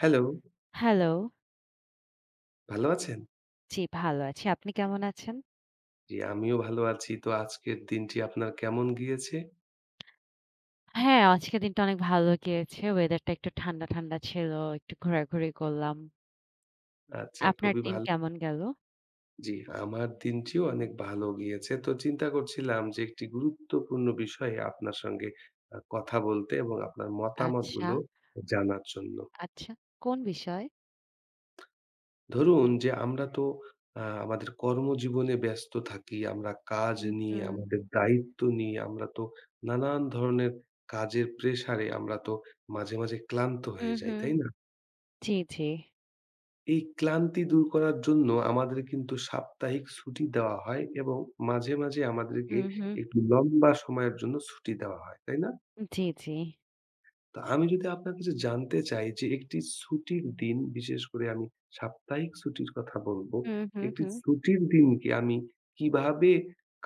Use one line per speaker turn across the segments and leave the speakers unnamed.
Hello,
hello.
ভালো আছেন?
জি, ভালো আছি। আপনি কেমন আছেন?
জি, আমিও ভালো আছি। তো আজকের দিনটি আপনার কেমন গিয়েছে?
হ্যাঁ, আজকের দিনটা অনেক ভালো গিয়েছে। ওয়েদারটা একটু ঠান্ডা, ঠান্ডা ছিল। একটু ঘোরাঘুরি করলাম।
আচ্ছা,
আপনার
খুবই
দিন
ভালো।
কেমন গেল?
জি, আমার দিনটিও অনেক ভালো গিয়েছে। তো চিন্তা করছিলাম যে একটি গুরুত্বপূর্ণ বিষয়ে আপনার সঙ্গে কথা বলতে এবং আপনার
আচ্ছা,
মতামতগুলো জানার জন্য।
আচ্ছা। কোন বিষয়?
ধরুন যে আমরা তো আমাদের কর্মজীবনে ব্যস্ত থাকি। আমরা কাজ
হুম,
নিয়ে,
হুম।
আমাদের দায়িত্ব নিয়ে আমরা তো নানান ধরনের কাজের প্রেশারে আমরা তো মাঝে, মাঝে ক্লান্ত হয়ে
হুম,
যাই,
হুম।
তাই না?
জি, জি।
এই ক্লান্তি দূর করার জন্য আমাদের কিন্তু সাপ্তাহিক ছুটি দেওয়া হয় এবং মাঝে, মাঝে আমাদেরকে
হুম, হুম।
একটু লম্বা সময়ের জন্য ছুটি দেওয়া হয়, তাই না?
জি, জি।
তো আমি যদি আপনার কাছে জানতে চাই যে একটি ছুটির দিন, বিশেষ করে আমি সাপ্তাহিক ছুটির কথা বলবো।
হুম, হুম,
একটি
হুম।
ছুটির দিনকে আমি কিভাবে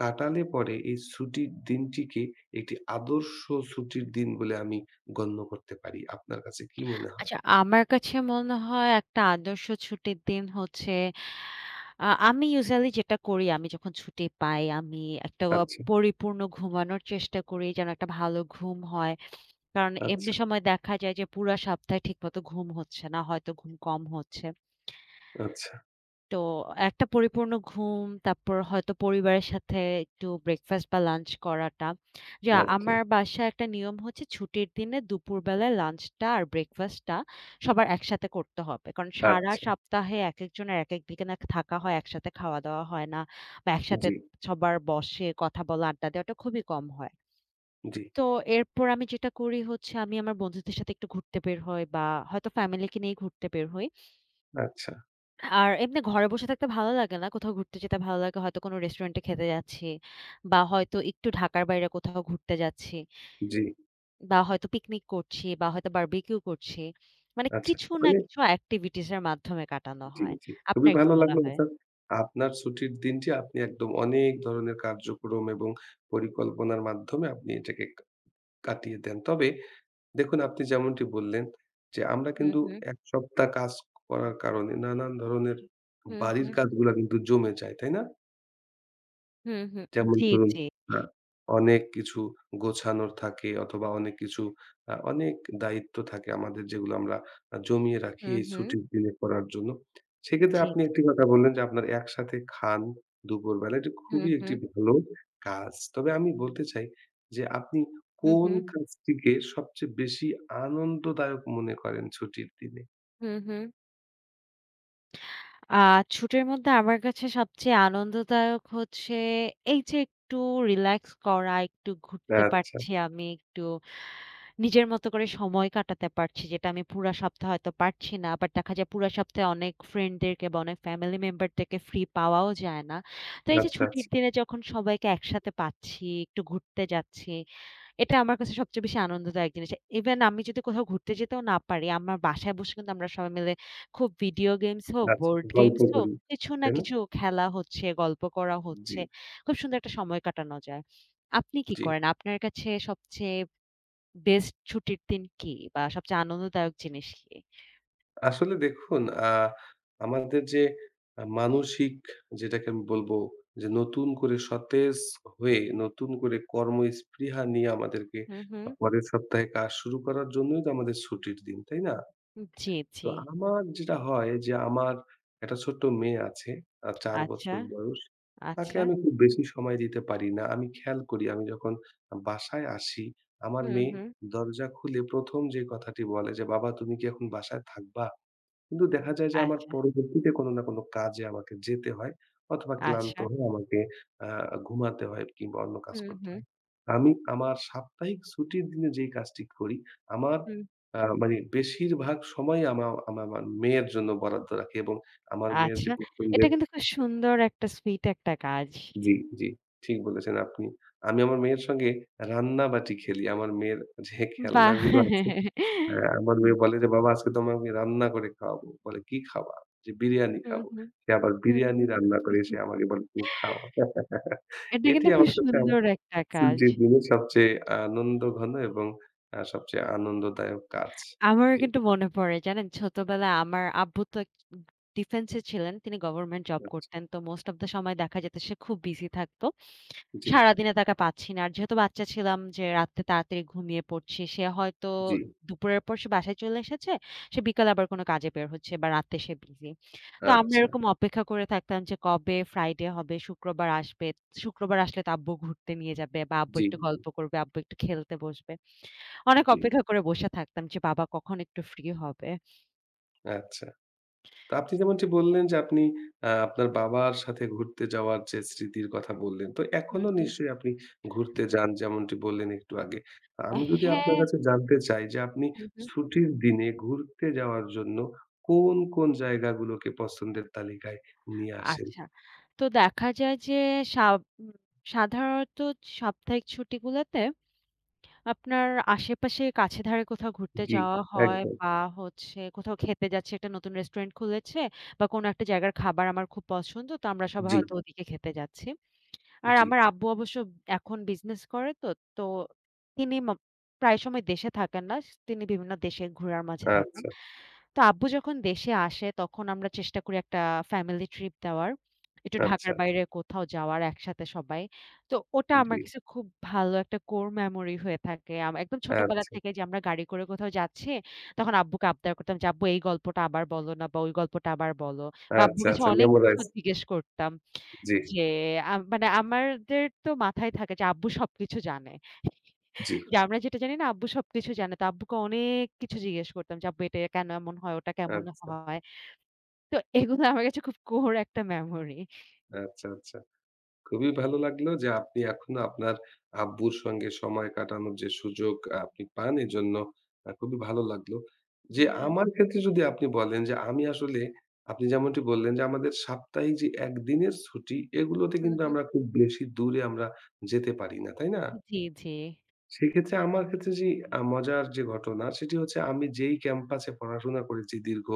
কাটালে পরে এই ছুটির দিনটিকে একটি আদর্শ ছুটির দিন বলে আমি গণ্য করতে পারি? আপনার কাছে কি মনে হয়?
আচ্ছা, আমার কাছে মনে হয় একটা আদর্শ ছুটির দিন হচ্ছে আমি usually যেটা করি আমি যখন ছুটি পাই আমি একটা
আচ্ছা,
পরিপূর্ণ ঘুমানোর চেষ্টা করি যেন একটা ভালো ঘুম হয়। কারণ
আচ্ছা,
এমনি সময় দেখা যায় যে পুরা সপ্তাহে ঠিকমতো ঘুম হচ্ছে না। হয়তো ঘুম কম হচ্ছে।
আচ্ছা,
তো একটা পরিপূর্ণ ঘুম, তারপর হয়তো পরিবারের সাথে একটু ব্রেকফাস্ট বা লাঞ্চ করাটা। যে
আচ্ছা,
আমার বাসায় একটা নিয়ম হচ্ছে ছুটির দিনে দুপুরবেলায় লাঞ্চটা আর ব্রেকফাস্টটা সবার একসাথে করতে হবে। কারণ সারা
আচ্ছা,
সপ্তাহে একেকজনের একেক দিকে না থাকা হয়, একসাথে খাওয়া-দাওয়া হয় না বা একসাথে
জি।
সবার বসে কথা বলা, আড্ডা দেওয়াটা খুবই কম হয়।
জি,
তো এরপর আমি যেটা করি হচ্ছে আমি আমার বন্ধুদের সাথে একটু ঘুরতে বের হই বা হয়তো ফ্যামিলিকে নিয়ে ঘুরতে বের হই।
আচ্ছা।
আর এমনি ঘরে বসে থাকতে ভালো লাগে না। কোথাও ঘুরতে যেতে ভালো লাগে। হয়তো কোনো রেস্টুরেন্টে খেতে যাচ্ছি বা হয়তো একটু ঢাকার বাইরে কোথাও ঘুরতে যাচ্ছি
জি,
বা হয়তো পিকনিক করছি বা হয়তো বারবিকিউ করছি। মানে
আচ্ছা।
কিছু না
অনেক
কিছু এক্টিভিটিস এর মাধ্যমে কাটানো
জি,
হয়।
জি। খুবই
আপনার কি
ভালো
মনে
লাগলো
হয়?
অর্থাৎ আপনার ছুটির দিনটি আপনি একদম অনেক ধরনের কার্যক্রম এবং পরিকল্পনার মাধ্যমে আপনি এটাকে কাটিয়ে দেন। তবে দেখুন আপনি যেমনটি বললেন যে, আমরা
হুম,
কিন্তু
হুম।
১ সপ্তাহ কাজ করার কারণে নানান ধরনের
হুম,
বাড়ির
হুম।
কাজগুলা কিন্তু জমে যায়, তাই না?
হুম, হুম।
যেমন
জি,
ধরুন
জি।
আ অনেক কিছু গোছানোর থাকে অথবা অনেক কিছু অনেক দায়িত্ব থাকে আমাদের যেগুলো আমরা জমিয়ে রাখি
হুম,
এই
হুম।
ছুটির দিনে করার জন্য। সেক্ষেত্রে
জি,
আপনি
জি।
একটি কথা বললেন যে আপনার একসাথে খান দুপুরবেলা। এটা
হুম,
খুবই একটি
হুম।
ভালো কাজ। তবে আমি বলতে চাই যে আপনি
হুম,
কোন
হুম।
কাজটিকে সবচেয়ে বেশি আনন্দদায়ক মনে করেন ছুটির দিনে?
হুম, হুম। আ ছুটির মধ্যে আমার কাছে সবচেয়ে আনন্দদায়ক হচ্ছে এই যে একটু রিল্যাক্স করা, একটু ঘুরতে
আচ্ছা,
পারছি আমি, একটু নিজের মতো করে সময় কাটাতে পারছি। যেটা আমি পুরা সপ্তাহে হয়তো পারছি না। আবার দেখা যায় পুরা সপ্তাহে অনেক ফ্রেন্ডদেরকে বা অনেক ফ্যামিলি মেম্বারদেরকে ফ্রি পাওয়াও যায় না। তো এই যে
আচ্ছা, আচ্ছা,
ছুটির দিনে যখন সবাইকে একসাথে পাচ্ছি, একটু ঘুরতে যাচ্ছি, এটা আমার কাছে সবচেয়ে বেশি আনন্দদায়ক জিনিস। ইভেন আমি যদি কোথাও ঘুরতে যেতেও না পারি, আমার বাসায় বসে কিন্তু আমরা সবাই মিলে খুব ভিডিও গেমস হোক,
আচ্ছা
বোর্ড
গল্প
গেমস হোক,
করি।
কিছু না
তাই না?
কিছু খেলা হচ্ছে, গল্প করা
জি,
হচ্ছে। খুব সুন্দর একটা সময় কাটানো যায়। আপনি কি
জি।
করেন? আপনার কাছে সবচেয়ে বেস্ট ছুটির দিন কি? বা সবচেয়ে আনন্দদায়ক জিনিস কি?
আসলে দেখুন আ আমাদের যে মানসিক যেটাকে আমি বলবো যে নতুন করে সতেজ হয়ে নতুন করে কর্মস্পৃহা নিয়ে আমাদেরকে
হুম, হুম।
পরের সপ্তাহে কাজ শুরু করার জন্যই তো আমাদের ছুটির দিন, তাই না?
জি,
তো
জি।
আমার যেটা হয় যে আমার একটা ছোট্ট মেয়ে আছে, ৪ বছর
আচ্ছা,
বয়স। তাকে
আচ্ছা।
আমি খুব বেশি সময় দিতে পারি না। আমি খেয়াল করি আমি যখন বাসায় আসি, আমার
হুম,
মেয়ে
হুম।
দরজা খুলে ১ম যে কথাটি বলে যে, "বাবা তুমি কি এখন বাসায় থাকবা?" কিন্তু দেখা যায় যে আমার
আচ্ছা,
পরবর্তীতে কোনো না কোনো কাজে আমাকে যেতে হয় অথবা ক্লান্ত
আচ্ছা।
হয়ে আমাকে আ ঘুমাতে হয় কিংবা অন্য কাজ
হুম,
করতে
হুম,
হয়। আমি আমার সাপ্তাহিক ছুটির দিনে যেই কাজটি করি, আমার
হুম।
মানে বেশিরভাগ সময় আমা আমা আমার মেয়ের জন্য বরাদ্দ রাখি এবং আমার মেয়ের যে
আচ্ছা। এটা
পছন্দের
কিন্তু খুব সুন্দর একটা সুইট একটা কাজ।
জি, জি, ঠিক বলেছেন আপনি। আমি আমার মেয়ের সঙ্গে রান্নাবাটি খেলি। আমার মেয়ের যে খেলনাগুলো আছে
বাহ!
হ্যাঁ, আমার মেয়ে বলে যে, "বাবা আজকে তোমাকে রান্না করে খাওয়াবো।" বলে, "কি খাবা?" যে, "বিরিয়ানি
হুম,
খাবো।"
হুম,
সে আবার
হুম,
বিরিয়ানি রান্না করে সে
হুম।
আমাকে বলে, "তুমি খাও।"
এটা
এটি
কিন্তু খুব
আমার কাছে আমার
সুন্দর একটা কাজ।
ছুটির দিনের সবচেয়ে আনন্দঘন এবং সবচেয়ে আনন্দদায়ক কাজ।
আমারও
এই
কিন্তু মনে পড়ে জানেন ছোটবেলায় আমার আব্বু তো এক ডিফেন্সে ছিলেন। তিনি গভর্নমেন্ট জব
আচ্ছা।
করতেন। তো মোস্ট অফ দ্যা সময় দেখা যেত সে খুব বিজি থাকতো।
জি,
সারাদিনে তাকে পাচ্ছি না। আর যেহেতু বাচ্চা ছিলাম যে রাত্রে তাড়াতাড়ি ঘুমিয়ে পড়ছি। সে হয়তো
জি।
দুপুরের পর সে বাসায় চলে এসেছে। সে বিকালে আবার কোনো কাজে বের হচ্ছে বা রাতে সে বিজি। তো আমরা
আচ্ছা।
এরকম অপেক্ষা করে থাকতাম যে কবে ফ্রাইডে হবে, শুক্রবার আসবে। শুক্রবার আসলে তো আব্বু ঘুরতে নিয়ে যাবে বা আব্বু
জি,
একটু গল্প করবে, আব্বু একটু খেলতে বসবে। অনেক
জি।
অপেক্ষা করে বসে থাকতাম যে বাবা কখন একটু ফ্রি হবে।
আচ্ছা। তো আপনি যেমনটি বললেন যে আপনি আপনার বাবার সাথে ঘুরতে যাওয়ার যে স্মৃতির কথা বললেন, তো
হুম,
এখনো
হুম।
নিশ্চয়ই আপনি ঘুরতে যান যেমনটি বললেন একটু আগে। তা আমি যদি আপনার
হ্যাঁ।
কাছে জানতে চাই যে আপনি
হুম, হুম।
ছুটির দিনে ঘুরতে যাওয়ার জন্য কোন, কোন জায়গাগুলোকে পছন্দের তালিকায় নিয়ে আসেন?
আচ্ছা। তো দেখা যায় যে সা উম সাধারণত সাপ্তাহিক ছুটিগুলোতে আপনার আশেপাশে কাছে ধারে কোথাও ঘুরতে
জি,
যাওয়া হয়
একদম।
বা হচ্ছে কোথাও খেতে যাচ্ছি একটা নতুন রেস্টুরেন্ট খুলেছে বা কোনো একটা জায়গার খাবার আমার খুব পছন্দ। তো আমরা সবাই
জি,
হয়তো ওদিকে খেতে যাচ্ছি। আর
জি।
আমার আব্বু অবশ্য এখন বিজনেস করে তো, তো তিনি প্রায় সময় দেশে থাকেন না। তিনি বিভিন্ন দেশে ঘোরার মাঝে থাকেন।
আচ্ছা,
তো আব্বু যখন দেশে আসে তখন আমরা চেষ্টা করি একটা ফ্যামিলি ট্রিপ দেওয়ার। একটু ঢাকার
আচ্ছা।
বাইরে কোথাও যাওয়ার একসাথে সবাই। তো ওটা
জি,
আমার কাছে খুব ভালো একটা কোর মেমোরি হয়ে থাকে। একদম ছোটবেলা
আচ্ছা,
থেকে যে আমরা গাড়ি করে কোথাও যাচ্ছি, তখন আব্বুকে আবদার করতাম যে, "আব্বু এই গল্পটা আবার বলো না বা ওই গল্পটা আবার বলো।" বা আব্বুর
আচ্ছা,
কাছে
আচ্ছা
অনেক কিছু
মেমোরাইজ
জিজ্ঞেস করতাম।
জি,
যে মানে আমাদের তো মাথায় থাকে যে আব্বু সবকিছু জানে।
জি।
যে আমরা যেটা জানি না আব্বু সবকিছু জানে। তো আব্বুকে অনেক কিছু জিজ্ঞেস করতাম যে, "আব্বু এটা কেন এমন হয়? ওটা কেমন
আচ্ছা,
হয়?" তো এগুলো আমার কাছে খুব কোর একটা মেমোরি।
আচ্ছা, আচ্ছা। খুবই ভালো লাগলো যে আপনি এখনো আপনার আব্বুর সঙ্গে সময় কাটানোর যে সুযোগ আপনি পান এজন্য খুবই ভালো লাগলো। যে
হুম, হুম,
আমার ক্ষেত্রে যদি আপনি বলেন যে আমি আসলে আপনি যেমনটি বললেন যে আমাদের সাপ্তাহিক যে একদিনের ছুটি এগুলোতে
হুম,
কিন্তু
হুম।
আমরা খুব বেশি দূরে আমরা যেতে পারি না, তাই না?
জি, জি।
সেক্ষেত্রে আমার ক্ষেত্রে যে মজার যে ঘটনা সেটি হচ্ছে আমি যেই ক্যাম্পাসে পড়াশোনা করেছি দীর্ঘ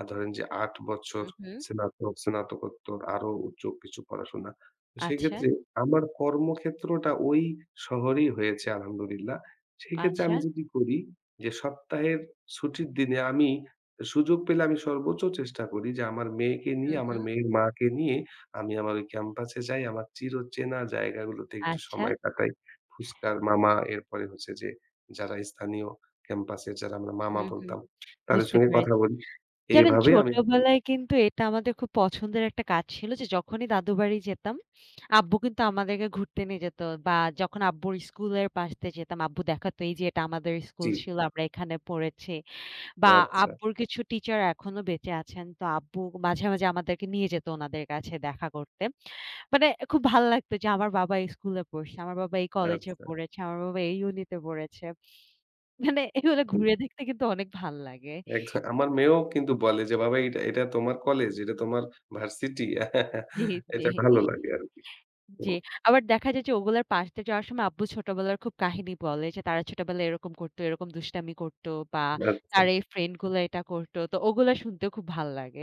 ধরেন যে ৮ বছর
হুম, হুম।
স্নাতক, স্নাতকোত্তর আরো উচ্চ কিছু পড়াশোনা। তো
আচ্ছা,
সেক্ষেত্রে আমার কর্মক্ষেত্রটা ওই শহরেই হয়েছে আলহামদুলিল্লাহ। সেক্ষেত্রে
আচ্ছা।
আমি যেটি করি যে সপ্তাহের ছুটির দিনে আমি সুযোগ পেলে আমি সর্বোচ্চ চেষ্টা করি যে আমার মেয়েকে নিয়ে,
হুম,
আমার
হুম।
মেয়ের মাকে নিয়ে আমি আমার ওই ক্যাম্পাসে যাই। আমার চিরচেনা জায়গাগুলোতে একটু
আচ্ছা।
সময় কাটাই। ফুচকার মামা, এরপরে হচ্ছে যে যারা স্থানীয় ক্যাম্পাসে যারা আমরা মামা
হুম, হুম।
বলতাম, তাদের
বুঝতে
সঙ্গে কথা
পেরেছি।
বলি।
জানেন
এইভাবে আমি আসলে
ছোটবেলায় কিন্তু এটা আমাদের খুব পছন্দের একটা কাজ ছিল যে যখনই দাদু বাড়ি যেতাম, আব্বু কিন্তু আমাদেরকে ঘুরতে নিয়ে যেত বা যখন আব্বুর স্কুলের পাশ দিয়ে যেতাম আব্বু দেখাতো এই যে এটা আমাদের স্কুল
জি,
ছিল আমরা এখানে পড়েছি বা
আচ্ছা,
আব্বুর কিছু টিচার এখনো বেঁচে আছেন। তো আব্বু মাঝে, মাঝে আমাদেরকে নিয়ে যেত উনাদের কাছে দেখা করতে। মানে খুব ভালো লাগতো যে আমার বাবা এই স্কুলে পড়ছে, আমার বাবা এই কলেজে
আচ্ছা,
পড়েছে, আমার বাবা এই ইউনিটে পড়েছে। মানে এগুলো
জি।
ঘুরে দেখতে কিন্তু অনেক ভাল লাগে।
একদম আমার মেয়েও কিন্তু বলে যে, "বাবা এটা এটা তোমার কলেজ, এটা তোমার ভার্সিটি।"
জি, জি।
এটা ভালো লাগে আরকি। তো
জি, আবার দেখা যায় যে ওগুলার পাশ দিয়ে যাওয়ার সময় আব্বু ছোটবেলার খুব কাহিনী বলে যে তারা ছোটবেলায় এরকম করতো, এরকম দুষ্টামি করত বা
আচ্ছা।
তার এই ফ্রেন্ড গুলা এটা করত। তো ওগুলা শুনতেও খুব ভাল লাগে।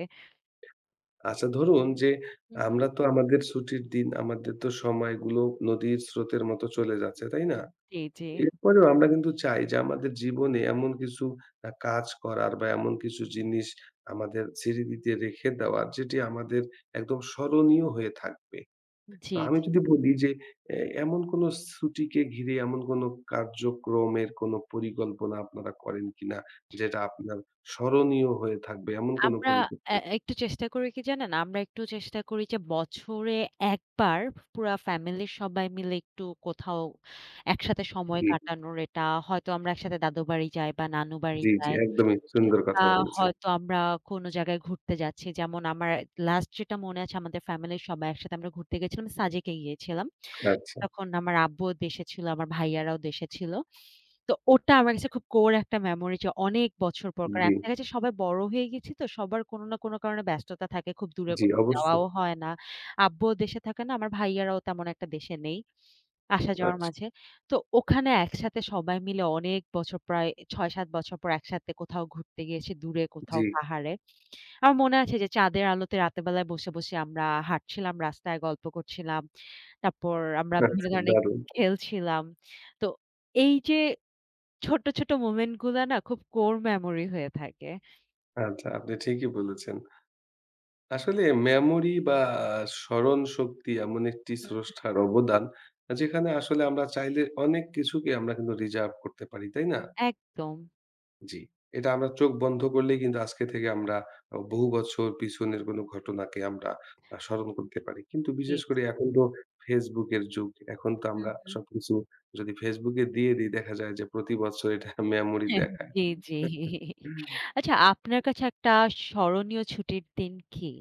আচ্ছা ধরুন যে
হু, হু।
আমরা তো আমাদের ছুটির দিন, আমাদের তো সময়গুলো নদীর স্রোতের মতো চলে যাচ্ছে, তাই না?
জি, জি।
এরপরেও আমরা কিন্তু চাই যে আমাদের জীবনে এমন কিছু কাজ করার বা এমন কিছু জিনিস আমাদের স্মৃতিতে রেখে দেওয়ার যেটি আমাদের একদম স্মরণীয় হয়ে থাকবে। তো
জি,
আমি
জি।
যদি বলি যে এ এমন কোনো ছুটিকে ঘিরে এমন কোনো কার্যক্রমের কোনো পরিকল্পনা আপনারা করেন কিনা? যেটা আপনার স্মরণীয় হয়ে থাকবে এমন কোনো
আমরা
পরিকল্পনা?
একটু চেষ্টা করি কি জানেন? আমরা একটু চেষ্টা করি যে বছরে ১ বার পুরা ফ্যামিলির সবাই মিলে একটু কোথাও একসাথে সময়
জি,
কাটানোর। এটা হয়তো আমরা একসাথে দাদু বাড়ি যাই বা নানু বাড়ি
জি, জি,
যাই।
একদমই সুন্দর
কিংবা
কথা বলেছেন।
হয়তো আমরা কোনো জায়গায় ঘুরতে যাচ্ছি। যেমন আমার লাস্ট যেটা মনে আছে আমাদের ফ্যামিলির সবাই একসাথে আমরা ঘুরতে গেছিলাম। সাজেকে গিয়েছিলাম।
আচ্ছা,
তখন আমার আব্বুও দেশে ছিল, আমার ভাইয়ারাও দেশে ছিল। তো ওটা আমার কাছে খুব কোর একটা মেমোরি যে অনেক বছর পর কারণ
জি,
এখন দেখা যাচ্ছে সবাই বড় হয়ে গেছি তো সবার কোনো না কোনো কারণে ব্যস্ততা থাকে। খুব দূরে
জি,
কোথাও
অবশ্যই।
যাওয়াও হয় না। আব্বুও দেশে থাকে না, আমার ভাইয়ারাও তেমন একটা দেশে নেই। আসা যাওয়ার
আচ্ছা,
মাঝে। তো ওখানে একসাথে সবাই মিলে অনেক বছর প্রায় ৬-৭ বছর পর একসাথে কোথাও ঘুরতে গিয়েছি দূরে
জি,
কোথাও পাহাড়ে। আমার মনে আছে যে চাঁদের আলোতে রাতের বেলায় বসে, বসে আমরা হাঁটছিলাম, রাস্তায় গল্প করছিলাম। তারপর আমরা বিভিন্ন
আচ্ছা
ধরনের
দারুণ।
খেলছিলাম। তো এই যে ছোট্ট, ছোট মোমেন্ট গুলা না খুব কোর মেমোরি হয়ে থাকে।
আচ্ছা, আপনি ঠিকই বলেছেন। আসলে মেমোরি বা আ স্মরণশক্তি এমন একটি
হুম।
স্রষ্টার অবদান, যেখানে আসলে আমরা চাইলে অনেক কিছুকে আমরা কিন্তু রিজার্ভ করতে পারি, তাই না?
একদম।
জি। এটা আমরা চোখ বন্ধ করলেই কিন্তু আজকে থেকে আমরা বহু বছর পিছনের কোনো ঘটনাকে আমরা স্মরণ করতে পারি। কিন্তু
জি,
বিশেষ করে
জি।
এখন তো Facebook এর যুগ। এখন তো
হুম,
আমরা
হুম।
সবকিছু যদি Facebook এ দিয়ে দিই দেখা যায় যে প্রতি বছর এটা মেমোরি
হ্যাঁ,
দেখায়।
জি, জি। আচ্ছা আপনার কাছে একটা স্মরণীয় ছুটির দিন কি?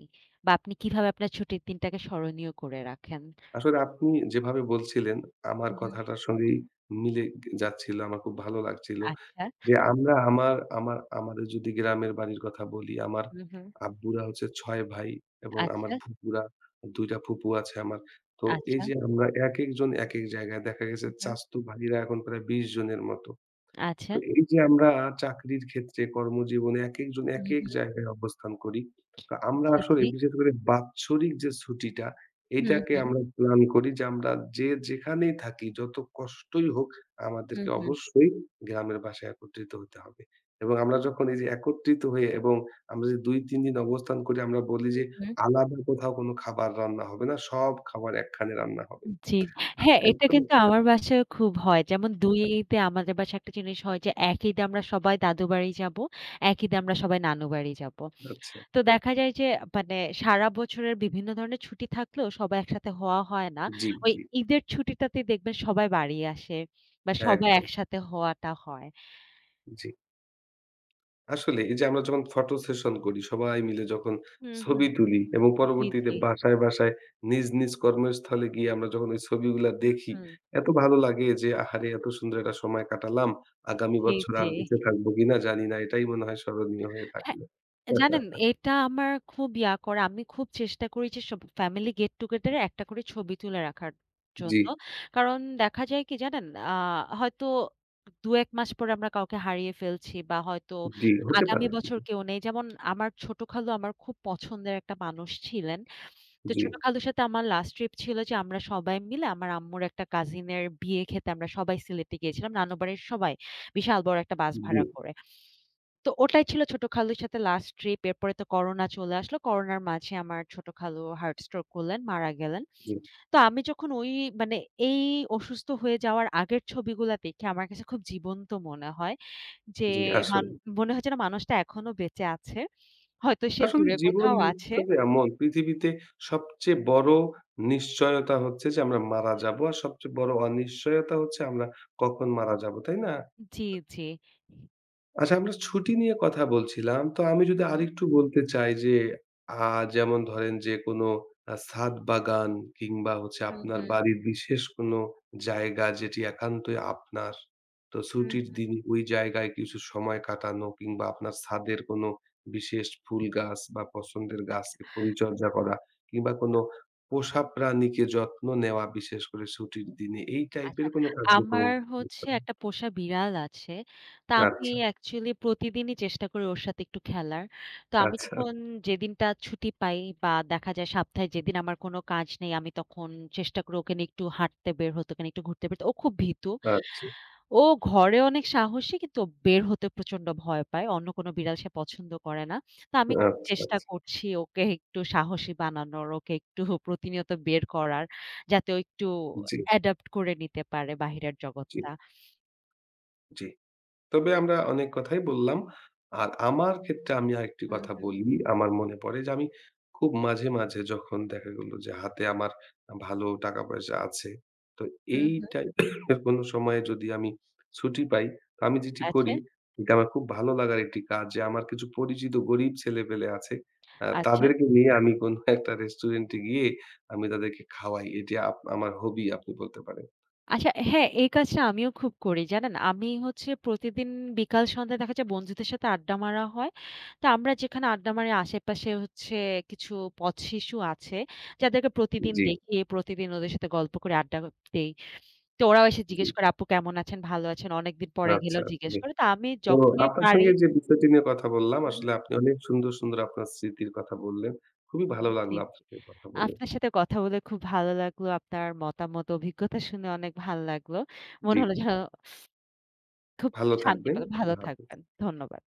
বা আপনি কিভাবে আপনার ছুটির দিনটাকে স্মরণীয় করে রাখেন?
আসলে আপনি যেভাবে বলছিলেন, আমার
হুম, হুম।
কথাটার সঙ্গেই মিলে যাচ্ছিল। আমার খুব ভালো লাগছিল।
আচ্ছা।
যে আমরা আমার আমার আমাদের যদি গ্রামের বাড়ির কথা বলি, আমার
হুম, হুম।
আব্বুরা হচ্ছে ৬ ভাই এবং আমার
আচ্ছা,
ফুপুরা ২ টা ফুপু আছে আমার। তো এই
আচ্ছা,
যে আমরা একেকজন একেক জায়গায় দেখা গেছে
হুম, হুম।
চাস্তু ভাইরা এখন প্রায় ২০ জনের মতো।
আচ্ছা।
তো এই যে আমরা চাকরির ক্ষেত্রে কর্মজীবনে একেকজন একেক জায়গায় অবস্থান করি। তো আমরা
জি,
আসলে
জি।
বিশেষ করে বাৎসরিক যে ছুটিটা
হুম,
এইটাকে
হুম,
আমরা প্ল্যান করি যে আমরা যে যেখানেই থাকি যত কষ্টই হোক
হুম,
আমাদেরকে
হুম,
অবশ্যই গ্রামের বাসায় একত্রিত হতে হবে। এবং আমরা যখন এই যে একত্রিত হয়ে এবং আমরা যে ২-৩ দিন অবস্থান করি আমরা বলি যে
হুম।
আলাদা কোথাও কোনো খাবার রান্না হবে না। সব খাবার একখানে রান্না হবে।
জি। হ্যাঁ, এটা
একদম
কিন্তু
একদম।
আমার বাসায়ও খুব হয়। যেমন ২ ঈদে আমাদের বাসায় একটা জিনিস হয় যে, এক ঈদে আমরা সবাই দাদু বাড়ি যাবো, এক ঈদে আমরা সবাই নানু বাড়ি যাবো।
আচ্ছা।
তো দেখা যায় যে মানে সারা বছরের বিভিন্ন ধরনের ছুটি থাকলেও সবাই একসাথে হওয়া হয় না।
জি,
ওই
জি।
ঈদের ছুটিটাতেই দেখবেন সবাই বাড়ি আসে বা সবাই
একদম।
একসাথে হওয়াটা হয়।
জি। আসলে এই যে আমরা যখন ফটো সেশন করি, সবাই মিলে যখন
হুম, হুম।
ছবি তুলি এবং
জি,
পরবর্তীতে
জি।
বাসায় নিজ, নিজ কর্মস্থলে গিয়ে আমরা যখন ওই ছবিগুলা
হুম,
দেখি,
হুম।
এত ভালো লাগে যে আহারে! এত সুন্দর একটা সময় কাটালাম। আগামী
জি,
বছর
জি।
আর বেঁচে থাকবো কিনা জানি না। এটাই মনে হয় স্মরণীয় হয়ে
হ্যাঁ।
থাকলো।
জানেন এটা আমার খুব ইয়া করে। আমি খুব চেষ্টা করি যে সব ফ্যামিলি গেট টুগেদার এ একটা করে ছবি তুলে রাখার
জি,
জন্য। কারণ দেখা যায় কি জানেন? হয়তো ২-১ মাস পরে আমরা কাউকে হারিয়ে ফেলছি বা হয়তো
জি হতে
আগামী
পারে।
বছর কেউ নেই। যেমন আমার ছোট খালু আমার খুব পছন্দের একটা মানুষ ছিলেন। তো
জি,
ছোট খালুর সাথে আমার লাস্ট ট্রিপ ছিল যে আমরা সবাই মিলে আমার আম্মুর একটা কাজিনের বিয়ে খেতে আমরা সবাই সিলেটে গিয়েছিলাম। নানু বাড়ির সবাই। বিশাল বড় একটা বাস
জি,
ভাড়া করে। তো ওটাই ছিল ছোট খালুর সাথে লাস্ট ট্রিপ। এরপরে তো করোনা চলে আসলো। করোনার মাঝে আমার ছোট খালু হার্ট স্ট্রোক করলেন, মারা গেলেন।
জি,
তো আমি যখন ওই মানে এই অসুস্থ হয়ে যাওয়ার আগের ছবিগুলা দেখে আমার কাছে খুব জীবন্ত মনে হয় যে
জি
মান
আসলে।
মনে হয় যেন মানুষটা এখনো বেঁচে আছে। হয়তো সে
আসলে
দূরে
জীবন
কোথাও
মৃত্যু
আছে।
তো এমন পৃথিবীতে সবচেয়ে বড় নিশ্চয়তা হচ্ছে যে আমরা মারা যাবো। আর সবচেয়ে বড় অনিশ্চয়তা হচ্ছে আমরা কখন মারা যাবো, তাই না?
জি, জি।
আচ্ছা আমরা ছুটি নিয়ে কথা বলছিলাম। তো আমি
হুম,
যদি
হুম,
আরেকটু বলতে চাই যে আ যেমন ধরেন যে কোনো ছাদ বাগান কিংবা হচ্ছে
হুম,
আপনার
হুম,
বাড়ির বিশেষ কোনো জায়গা যেটি একান্তই আপনার। তো
হুম।
ছুটির দিনে ওই জায়গায় কিছু সময় কাটানো কিংবা আপনার ছাদের কোনো বিশেষ ফুল গাছ বা পছন্দের গাছকে পরিচর্যা করা কিংবা কোনো পোষা প্রাণীকে যত্ন নেওয়া বিশেষ করে ছুটির দিনে এই
আচ্ছা,
টাইপের কোনো কার্যক্রম
আমার
করতে
হচ্ছে
পারেন।
একটা পোষা বিড়াল আছে। তা আমি
আচ্ছা,
অ্যাকচুয়ালি প্রতিদিনই চেষ্টা করি ওর সাথে একটু খেলার। তো আমি
আচ্ছা,
যখন যেদিনটা ছুটি পাই বা দেখা যায় সপ্তাহে যেদিন আমার কোনো কাজ নেই, আমি তখন চেষ্টা করি ওকে নিয়ে একটু হাঁটতে বের হতে, ওকে নিয়ে একটু ঘুরতে বের হতে। ও খুব ভীতু।
আচ্ছা।
ও ঘরে অনেক সাহসী কিন্তু বের হতে প্রচন্ড ভয় পায়। অন্য কোনো বিড়াল সে পছন্দ করে না। তো আমি খুব
আচ্ছা,
চেষ্টা
আচ্ছা।
করছি ওকে একটু সাহসী বানানোর, ওকে একটু প্রতিনিয়ত বের করার যাতে ও একটু
জি,
অ্যাডাপ্ট করে নিতে পারে বাহিরের
জি,
জগৎটা।
জি। তবে আমরা অনেক কথাই বললাম। আর আমার ক্ষেত্রে আমি আরেকটি
হুম,
কথা
হুম।
বলি। আমার মনে পড়ে যে আমি খুব মাঝে, মাঝে যখন দেখা গেল যে হাতে আমার ভালো টাকা-পয়সা আছে। তো
হুম,
এই
হুম।
টাইপের কোন সময়ে যদি আমি ছুটি পাই, তো আমি যেটি
আছে,
করি এটা আমার খুব ভালো লাগার একটি কাজ যে আমার কিছু পরিচিত গরিব ছেলেপেলে আছে।
আচ্ছা।
তাদেরকে নিয়ে আমি কোন একটা রেস্টুরেন্টে গিয়ে আমি তাদেরকে খাওয়াই। এটি আমার হবি আপনি বলতে পারেন।
আচ্ছা হ্যাঁ, এই কাজটা আমিও খুব করি জানেন? আমি হচ্ছে প্রতিদিন বিকাল সন্ধ্যায় দেখা যায় বন্ধুদের সাথে আড্ডা মারা হয়। তো আমরা যেখানে আড্ডা মারি আশেপাশে হচ্ছে কিছু পথশিশু আছে, যাদেরকে প্রতিদিন
জি,
দেখি, প্রতিদিন ওদের সাথে গল্প করে আড্ডা দেই। তো ওরাও এসে
জি।
জিজ্ঞেস করে, "আপু কেমন আছেন? ভালো আছেন?" অনেকদিন পরে
আচ্ছা,
গেলেও জিজ্ঞেস
জি।
করে। তো আমি
তো
যখনই
আপনার
পারি
সঙ্গে যে বিষয়টি নিয়ে কথা বললাম,
হু, হু।
আসলে আপনি অনেক সুন্দর, সুন্দর আপনার স্মৃতির কথা বললেন। খুবই ভালো
জি, জি।
লাগলো আপনার সঙ্গে কথা বলে।
আপনার সাথে কথা বলে খুব ভালো লাগলো। আপনার মতামত, অভিজ্ঞতা শুনে অনেক ভাল লাগলো।
জি,
মনে হলো যেন খুব
ভালো
শান্তি
থাকবেন।
পেলাম।
খোদা
ভালো
হাফেজ।
থাকবেন। ধন্যবাদ।